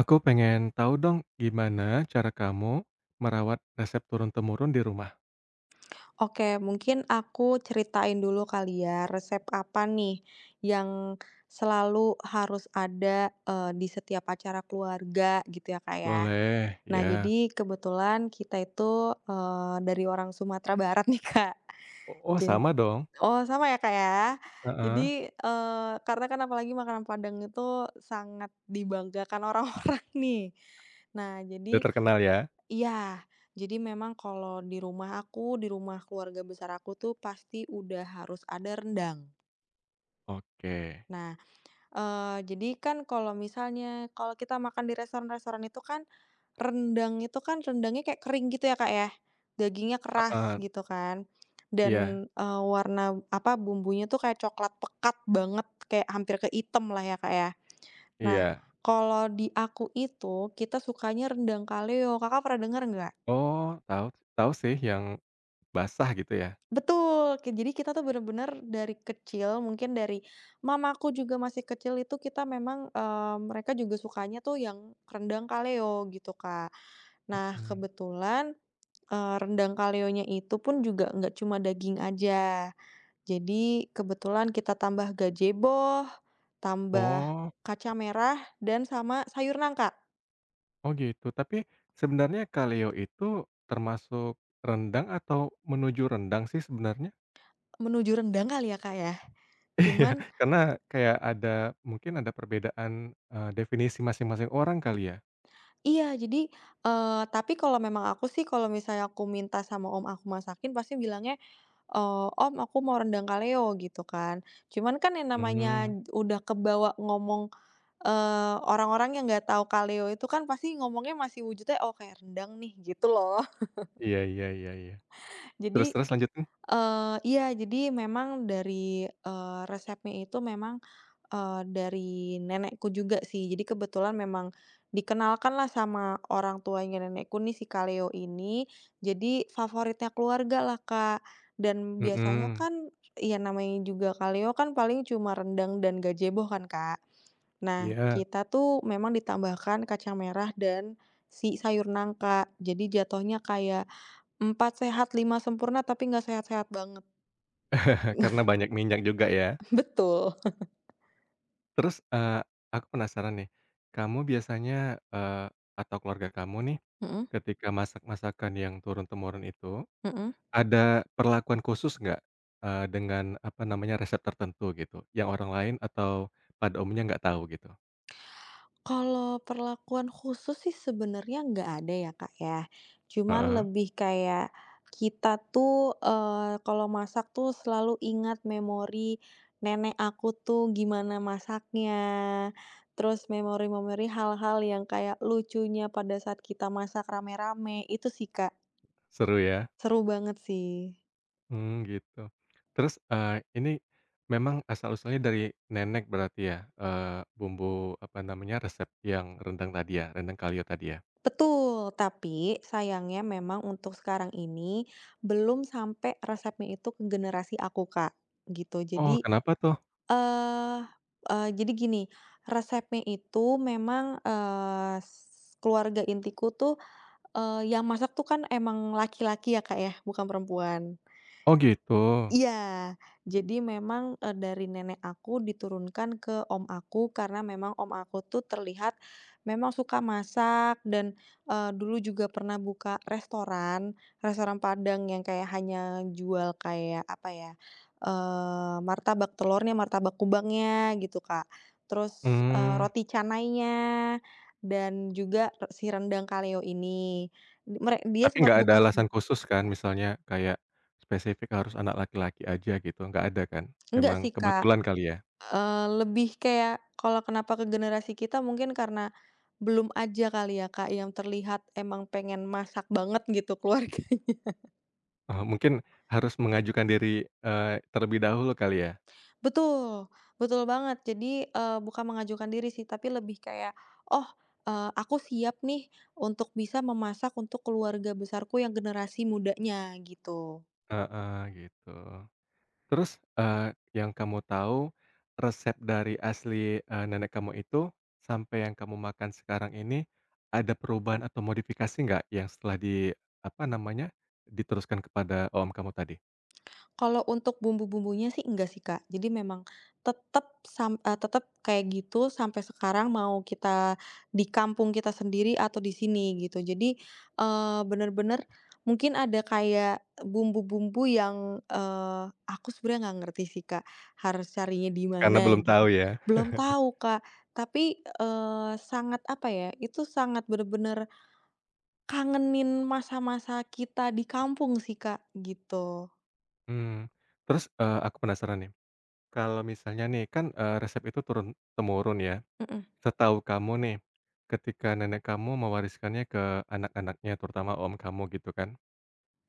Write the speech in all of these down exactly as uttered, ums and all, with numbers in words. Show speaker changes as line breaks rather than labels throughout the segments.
Aku pengen tahu dong gimana cara kamu merawat resep turun-temurun di rumah?
Oke, mungkin aku ceritain dulu kali ya, resep apa nih yang selalu harus ada, eee, di setiap acara keluarga gitu ya, Kak, ya.
Boleh,
Nah,
ya.
jadi kebetulan kita itu, eee, dari orang Sumatera Barat nih, Kak.
O oh
Jen
sama dong?
oh, sama ya, Kak, ya?
Heeh.
Jadi, eee, karena kan apalagi makanan Padang itu sangat dibanggakan orang-orang nih. Nah,
Udah
jadi.
terkenal ya?
Iya, jadi memang kalau di rumah aku, di rumah keluarga besar aku tuh pasti udah harus ada rendang.
Oke.
Nah, eee, jadi kan kalau misalnya kalau kita makan di restoran-restoran itu kan, rendang itu kan rendangnya kayak kering gitu ya, Kak, ya, dagingnya keras
Heeh,
gitu kan,
iya
dan, eee, warna apa, bumbunya tuh kayak coklat pekat banget, kayak hampir ke hitam lah ya, Kak, ya. Nah,
iya.
kalau di aku itu kita sukanya rendang kaleo, Kakak pernah denger nggak?
Oh, tahu tahu sih yang basah gitu ya?
Betul, ki jadi kita tuh bener-bener dari kecil, mungkin dari mamaku juga masih kecil itu kita memang, eee, mereka juga sukanya tuh yang rendang kaleo gitu, Kak. Nah,
Mhm.
kebetulan, eee, rendang kaleonya itu pun juga nggak cuma daging aja. Jadi kebetulan kita tambah gazebo, tambah
Oh
kacang merah, dan sama sayur nangka.
oh gitu. Tapi sebenarnya kaleo itu termasuk rendang atau menuju rendang sih sebenarnya?
Menuju rendang kali ya, Kak, ya?
Iya.
Cuman.
Karena kayak ada mungkin ada perbedaan, eee, definisi masing-masing orang kali ya?
Iya, jadi, eee, tapi kalau memang aku sih, kalau misalnya aku minta sama om aku masakin, pasti bilangnya, eee, "Om, aku mau rendang kaleo," gitu kan. Cuman kan yang namanya
Mmm,
udah kebawa ngomong, eee, orang-orang yang nggak tahu kaleo itu kan pasti ngomongnya masih wujudnya, "Oh, kayak rendang nih," gitu loh.
iya iya iya iya. Terus
Jadi.
terus lanjutin?
Eee, iya, jadi memang dari, eee, resepnya itu memang, eee, dari nenekku juga sih. Jadi kebetulan memang dikenalkan lah sama orang tuanya nenekku nih si kaleo ini, jadi favoritnya keluarga lah Kak. Dan biasanya
Mhm,
kan ya namanya juga kaleo kan paling cuma rendang dan gazebo kan, Kak. Nah,
iya,
kita tuh memang ditambahkan kacang merah dan si sayur nangka. Jadi jatuhnya kayak empat sehat lima sempurna tapi nggak sehat-sehat banget.
karena banyak minyak juga ya.
Betul.
Terus, eee, aku penasaran nih, kamu biasanya, eee, atau keluarga kamu nih,
Mhm,
ketika masak masakan yang turun-temurun itu,
mhm.
ada perlakuan khusus nggak, eee, dengan apa namanya, resep tertentu gitu, yang orang lain atau pada umumnya nggak tahu gitu?
Kalau perlakuan khusus sih sebenarnya nggak ada ya, Kak, ya. Cuman
Heeh,
lebih kayak kita tuh, eee, kalau masak tuh selalu ingat memori nenek aku tuh gimana masaknya, terus memori-memori hal-hal yang kayak lucunya pada saat kita masak rame-rame, itu sih, Kak.
seru ya.
Seru banget sih.
Hmm gitu. Terus, eee, ini memang asal-usulnya dari nenek berarti ya, eee, bumbu apa namanya, resep yang rendang tadi ya, rendang kalio tadi ya?
Betul, tapi sayangnya memang untuk sekarang ini belum sampai resepnya itu ke generasi aku, Kak, gitu.
Oh,
Jadi,
kenapa tuh?
eee eee, jadi gini, resepnya itu memang, eee, s keluarga intiku tuh, eee, yang masak tuh kan emang laki-laki ya, Kak, ya, bukan perempuan.
Oh, gitu.
Iya, jadi memang, eee, dari nenek aku diturunkan ke om aku karena memang om aku tuh terlihat memang suka masak dan, eee, dulu juga pernah buka restoran, restoran Padang yang kayak hanya jual kayak apa ya, eee, martabak telurnya, martabak kubangnya gitu, Kak. Terus, eee,
Hmm,
roti canainya dan juga si rendang kaleo ini. Mere dia
tapi
sempat
nggak ada
buka sih.
alasan khusus kan, misalnya kayak spesifik harus anak laki-laki aja gitu, nggak ada kan?
Enggak sih,
Memang
Kak.
kebetulan kali ya?
Eee, lebih kayak kalau kenapa ke generasi kita mungkin karena belum aja kali ya, Kak, yang terlihat emang pengen masak banget gitu keluarga.
Oh, mungkin harus mengajukan diri, eee, terlebih dahulu kali ya?
Betul, betul banget. Jadi, eee, bukan mengajukan diri sih, tapi lebih kayak, "Oh, eee, aku siap nih untuk bisa memasak untuk keluarga besarku yang generasi mudanya," gitu.
Heeh, gitu. Terus, eee, yang kamu tahu resep dari asli, eee, nenek kamu itu sampai yang kamu makan sekarang ini ada perubahan atau modifikasi nggak yang setelah di apa namanya, diteruskan kepada om kamu tadi?
Kalau untuk bumbu-bumbunya sih enggak sih, Kak. Jadi memang tetep sam eee, tetep kayak gitu sampai sekarang mau kita di kampung kita sendiri atau di sini gitu. Jadi, eee, bener-bener mungkin ada kayak bumbu-bumbu yang, eee, aku sebenarnya nggak ngerti sih, Kak, harus carinya di
Karena
mana
belum tahu
gitu.
ya.
Belum tahu, Kak, tapi, eee, sangat apa ya, itu sangat bener-bener kangenin masa-masa kita di kampung sih, Kak, gitu.
Mmm, terus, eee, aku penasaran nih, kalau misalnya nih kan, eee, resep itu turun-temurun ya.
Mhm.
Setahu kamu nih, ketika nenek kamu mewariskannya ke anak-anaknya terutama om kamu gitu kan,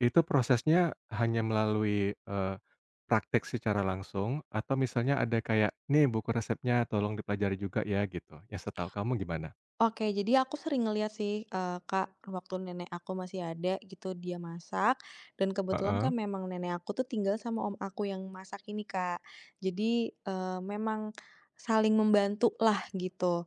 itu prosesnya hanya melalui, eee, praktek secara langsung atau misalnya ada kayak, "Nih buku resepnya tolong dipelajari juga ya," gitu. Yang setahu kamu gimana?
Oke, jadi aku sering ngeliat sih, eee, Kak, waktu nenek aku masih ada gitu dia masak, dan kebetulan kan
Heeh.
memang nenek aku tuh tinggal sama om aku yang masak ini, Kak. Jadi, eee, memang saling membantu lah gitu.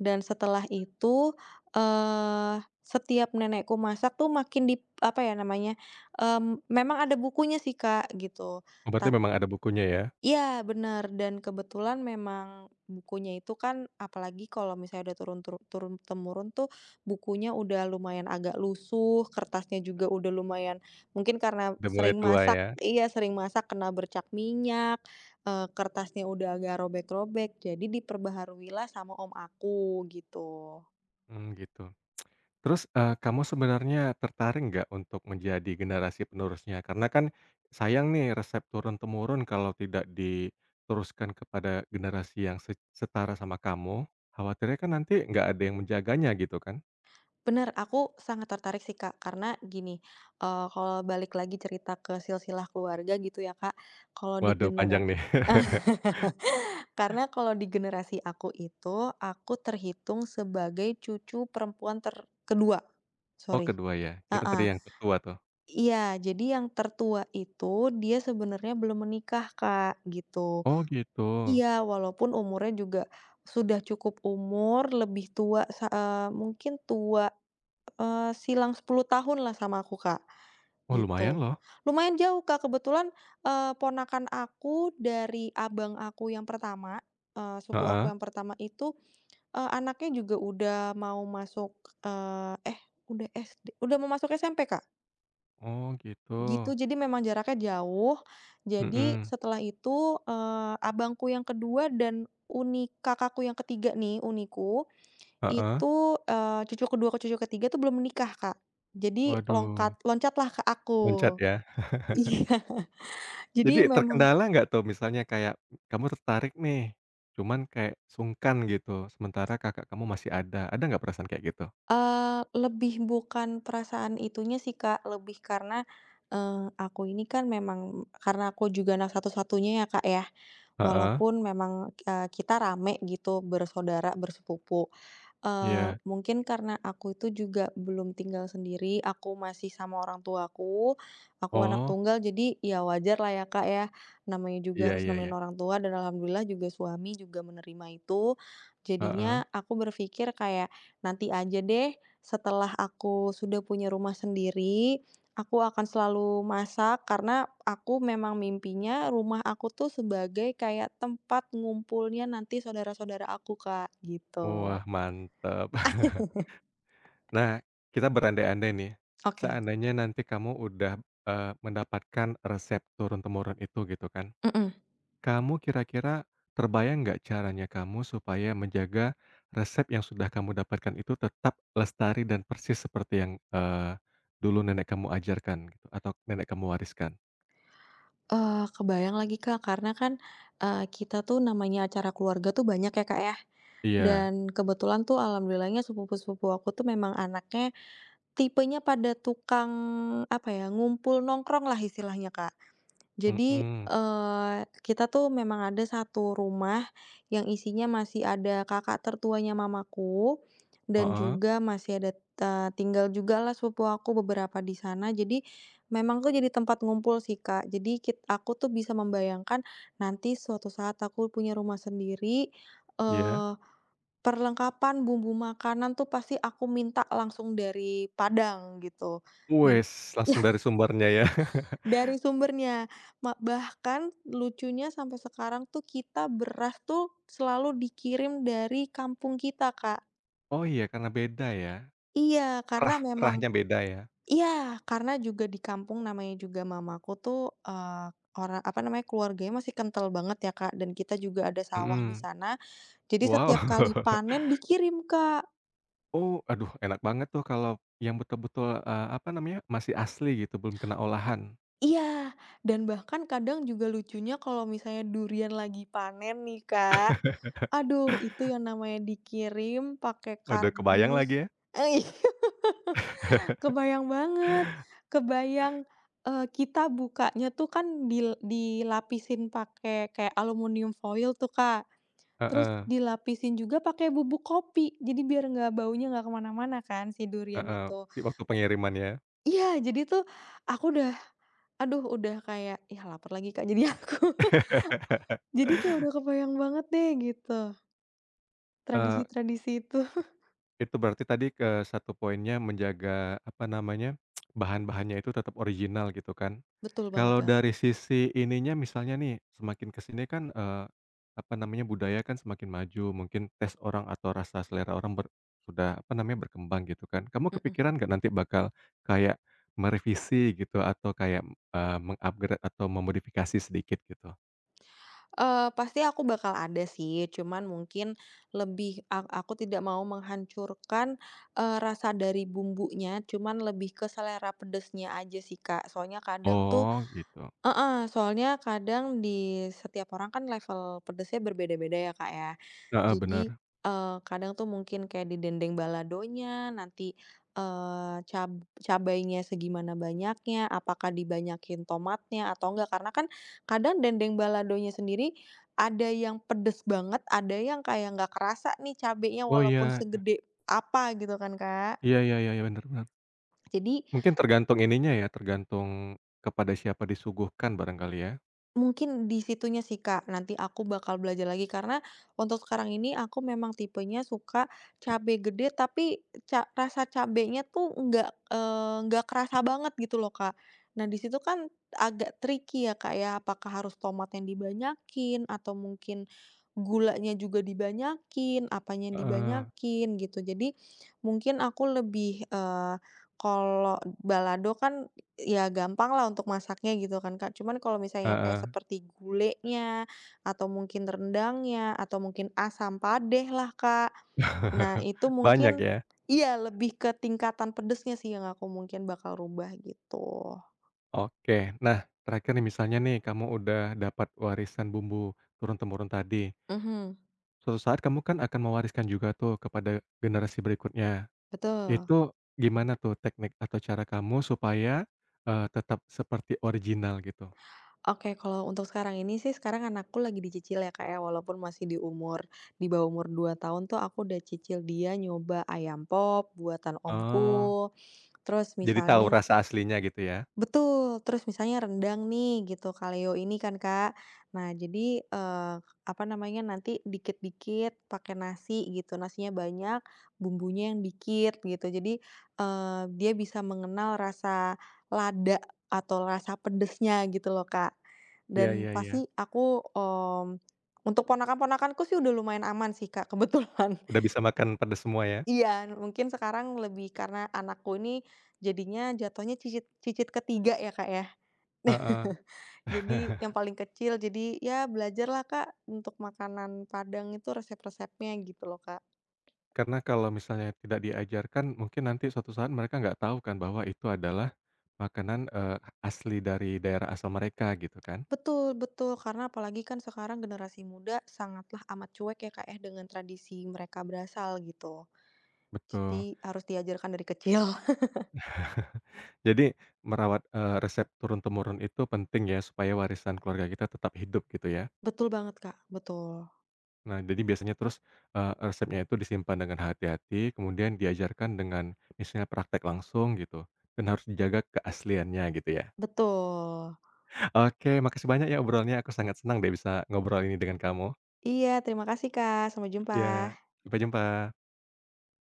Dan setelah itu, eee, setiap nenekku masak tuh makin di apa ya namanya, mmm, memang ada bukunya sih, Kak, gitu.
Oh berarti memang ada bukunya ya?
Iya benar dan kebetulan memang bukunya itu kan apalagi kalau misalnya udah turun tur turun temurun tuh bukunya udah lumayan agak lusuh, kertasnya juga udah lumayan mungkin karena
Udah mulai
sering
tua
masak
ya?
iya sering masak kena bercak minyak, eee, kertasnya udah agak robek-robek jadi diperbaharuilah sama om aku gitu.
Mmm, gitu. Terus, eee, kamu sebenarnya tertarik nggak untuk menjadi generasi penerusnya? Karena kan sayang nih resep turun-temurun kalau tidak diteruskan kepada generasi yang se setara sama kamu, khawatirnya kan nanti nggak ada yang menjaganya gitu kan?
Bener, aku sangat tertarik sih Kak karena gini, eee, kalau balik lagi cerita ke silsilah keluarga gitu ya Kak, kalau di
Waduh
genera
panjang nih.
Karena kalau di generasi aku itu, aku terhitung sebagai cucu perempuan ter kedua,
Oh
sorry.
kedua ya? Kirain tadi
Heeh.
yang tertua tuh.
Iya, jadi yang tertua itu dia sebenarnya belum menikah, Kak, gitu.
Oh gitu.
Iya, walaupun umurnya juga sudah cukup umur, lebih tua sa eee, mungkin tua, eee, silang sepuluh tahun lah sama aku, Kak,
Oh lumayan
gitu.
loh.
Lumayan jauh, Kak, kebetulan, eee, ponakan aku dari abang aku yang pertama, eee, sepupu aku
Heeh.
yang pertama itu. Eee, anaknya juga udah mau masuk, eee, eh, udah S D udah mau masuk S M P, Kak,
Oh gitu.
gitu. Jadi memang jaraknya jauh. Jadi
Mhm.
setelah itu, eee, abangku yang kedua dan uni kakakku yang ketiga nih, uniku,
Heeh.
itu, eee, cucu kedua ke cucu ketiga tuh belum menikah, Kak. Jadi
Waduh,
longkat loncatlah ke
loncat
aku.
ya.
Iya,
Jadi
jadi memang.
terkendala nggak tuh misalnya kayak kamu tertarik nih, cuman kayak sungkan gitu, sementara kakak kamu masih ada. Ada nggak perasaan kayak gitu?
Eee, lebih bukan perasaan itunya sih, Kak, lebih karena, eee, aku ini kan memang karena aku juga anak satu-satunya ya, Kak, ya,
Heeh.
walaupun memang, eee, kita rame gitu bersaudara, bersepupu. Eee,
Iya.
mungkin karena aku itu juga belum tinggal sendiri, aku masih sama orang tuaku, aku anak
Oh.
tunggal jadi ya wajar lah ya, Kak, ya, namanya juga
Iya
harus
iya iya.
nemenin orang tua dan alhamdulillah juga suami juga menerima itu.
Heeh.
Jadinya aku berpikir kayak, nanti aja deh setelah aku sudah punya rumah sendiri, aku akan selalu masak karena aku memang mimpinya rumah aku tuh sebagai kayak tempat ngumpulnya nanti saudara-saudara aku, Kak, gitu.
Wah mantap. Nah, kita berandai-andai nih,
Oke.
seandainya nanti kamu udah, eee, mendapatkan resep turun-temurun itu gitu kan,
Mhm.
kamu kira-kira terbayang nggak caranya kamu supaya menjaga resep yang sudah kamu dapatkan itu tetap lestari dan persis seperti yang, eee, dulu nenek kamu ajarkan gitu atau nenek kamu wariskan?
Eee, kebayang lagi, Kak, karena kan, eee, kita tuh namanya acara keluarga tuh banyak ya, Kak, ya,
Iya,
dan kebetulan tuh alhamdulillahnya sepupu-sepupu aku tuh memang anaknya tipenya pada tukang, apa ya, ngumpul nongkrong lah istilahnya, Kak. Jadi,
mhm,
eee, kita tuh memang ada satu rumah yang isinya masih ada kakak tertuanya mamaku, dan
heeh,
juga masih ada, eee, tinggal juga lah sepupu aku beberapa di sana. Jadi, memang tuh jadi tempat ngumpul sih, Kak. Jadi kit aku tuh bisa membayangkan nanti suatu saat aku punya rumah sendiri,
iya.
eee, perlengkapan bumbu makanan tuh pasti aku minta langsung dari Padang gitu. Min
Wes, langsung dari sumbernya ya.
Dari sumbernya, ma bahkan lucunya sampai sekarang tuh kita beras tuh selalu dikirim dari kampung kita, Kak.
Oh iya, karena beda ya?
Iya, karena
Rah
memang.
rahnya beda ya?
Iya, karena juga di kampung namanya juga mamaku tuh, eee, orang apa namanya, keluarganya masih kental banget ya, Kak, dan kita juga ada sawah di
Mhm,
sana. Jadi
wow.
setiap kali panen dikirim, Kak.
Oh, aduh enak banget tuh kalau yang betul-betul, eee, apa namanya, masih asli gitu, belum kena olahan.
Iya, dan bahkan kadang juga lucunya kalau misalnya durian lagi panen nih, Kak, aduh itu yang namanya dikirim pakai
Waduh, kebayang
kardus.
lagi ya.
Eh, iya, kebayang banget, kebayang, eee, kita bukanya tuh kan dil dilapisin pakai kayak aluminium foil tuh, Kak, terus
Heeh
dilapisin juga pakai bubuk kopi, jadi biar nggak baunya nggak kemana-mana kan si durian
heeh,
itu.
di waktu pengiriman ya.
Iya, jadi tuh aku udah aduh udah kayak, "Yah, lapar lagi, Kak," jadi aku. Jadi kayak udah kebayang banget deh gitu,
Eee
tradisi-tradisi itu.
Itu berarti tadi ke satu poinnya menjaga, apa namanya, bahan-bahannya itu tetap original gitu kan.
Betul banget,
Kalau
Kak.
dari sisi ininya misalnya nih, semakin kesini kan, eee, apa namanya, budaya kan semakin maju, mungkin tes orang atau rasa selera orang ber sudah, apa namanya, berkembang gitu kan. Kamu
Mhm.
kepikiran nggak nanti bakal kayak merevisi gitu atau kayak, eee, meng atau memodifikasi sedikit gitu?
Eee, pasti aku bakal ada sih, cuman mungkin lebih ak aku tidak mau menghancurkan, eee, rasa dari bumbunya, cuman lebih ke selera pedasnya aja sih, Kak. Soalnya kadang tuh.
Oh gitu,
Heeh. Soalnya kadang di setiap orang kan level pedesnya berbeda-beda ya, Kak, ya.
heeh, benar.
Jadi, eee, kadang tuh mungkin kayak di dendeng baladonya, nanti, eee, cab cabainya segimana banyaknya, apakah dibanyakin tomatnya atau enggak. Karena kan kadang dendeng baladonya sendiri ada yang pedes banget, ada yang kayak nggak kerasa nih cabenya
Oh
walaupun
iya,
segede apa gitu kan, Kak.
iya iya iya iya, benar bener.
Jadi.
Mungkin tergantung ininya ya, tergantung kepada siapa disuguhkan barangkali ya?
Mungkin di situnya sih, Kak, nanti aku bakal belajar lagi karena untuk sekarang ini aku memang tipenya suka cabe gede tapi ca rasa cabenya tuh nggak, eee, nggak kerasa banget gitu loh, Kak. Nah di situ kan agak tricky ya, Kak, ya, apakah harus tomat yang dibanyakin atau mungkin gulanya juga dibanyakin, apanya yang
Heeh,
dibanyakin gitu. Jadi mungkin aku lebih, eee, kalau balado kan. Ya gampang lah untuk masaknya gitu kan Kak, cuman kalau misalnya kayak
heeh,
seperti gulenya, atau mungkin rendangnya, atau mungkin asam padeh lah Kak. Nah itu
banyak
mungkin
ya?
iya lebih ke tingkatan pedesnya sih yang aku mungkin bakal rubah gitu.
Oke. Nah, terakhir nih misalnya nih kamu udah dapat warisan bumbu turun-temurun tadi,
Mhm,
suatu saat kamu kan akan mewariskan juga tuh kepada generasi berikutnya.
betul.
Itu gimana tuh teknik atau cara kamu supaya, eee, tetap seperti original gitu?
Oke kalau untuk sekarang ini sih sekarang anakku lagi dicicil ya Kak ya walaupun masih di umur di bawah umur dua tahun tuh aku udah cicil dia nyoba ayam pop buatan
Oh,
omku, terus
jadi tahu
misalnya.
rasa aslinya gitu ya?
Betul, terus misalnya rendang nih gitu, kaleo ini kan Kak. Nah jadi, eee, apa namanya, nanti dikit-dikit pakai nasi gitu, nasinya banyak, bumbunya yang dikit gitu. Jadi, eee, dia bisa mengenal rasa lada atau rasa pedesnya gitu loh Kak.
Iya
Dan
iya iya.
pasti aku, mmm, untuk ponakan-ponakanku sih udah lumayan aman sih Kak kebetulan.
Udah bisa makan pedes semua ya?
Iya, mungkin sekarang lebih karena anakku ini jadinya jatuhnya cicit cicit ketiga ya Kak ya.
Heeh.
Jadi yang paling kecil, jadi ya belajarlah, Kak, untuk makanan Padang itu resep-resepnya gitu loh, Kak.
Karena kalau misalnya tidak diajarkan, mungkin nanti suatu saat mereka nggak tahu kan bahwa itu adalah makanan, eee, asli dari daerah asal mereka gitu kan.
Betul, betul, karena apalagi kan sekarang generasi muda sangatlah amat cuek ya, Kak, ya, dengan tradisi mereka berasal gitu.
Betul.
Jadi harus diajarkan dari kecil.
Jadi merawat, eee, resep turun-temurun itu penting ya supaya warisan keluarga kita tetap hidup gitu ya.
Betul banget, Kak, betul.
Nah jadi biasanya terus, eee, resepnya itu disimpan dengan hati-hati, kemudian diajarkan dengan misalnya praktek langsung gitu, dan harus dijaga keasliannya gitu ya.
Betul.
Oke, makasih banyak ya obrolannya, aku sangat senang deh bisa ngobrol ini dengan kamu.
Iya, terima kasih, Kak, sampai jumpa.
Ya, sampai jumpa.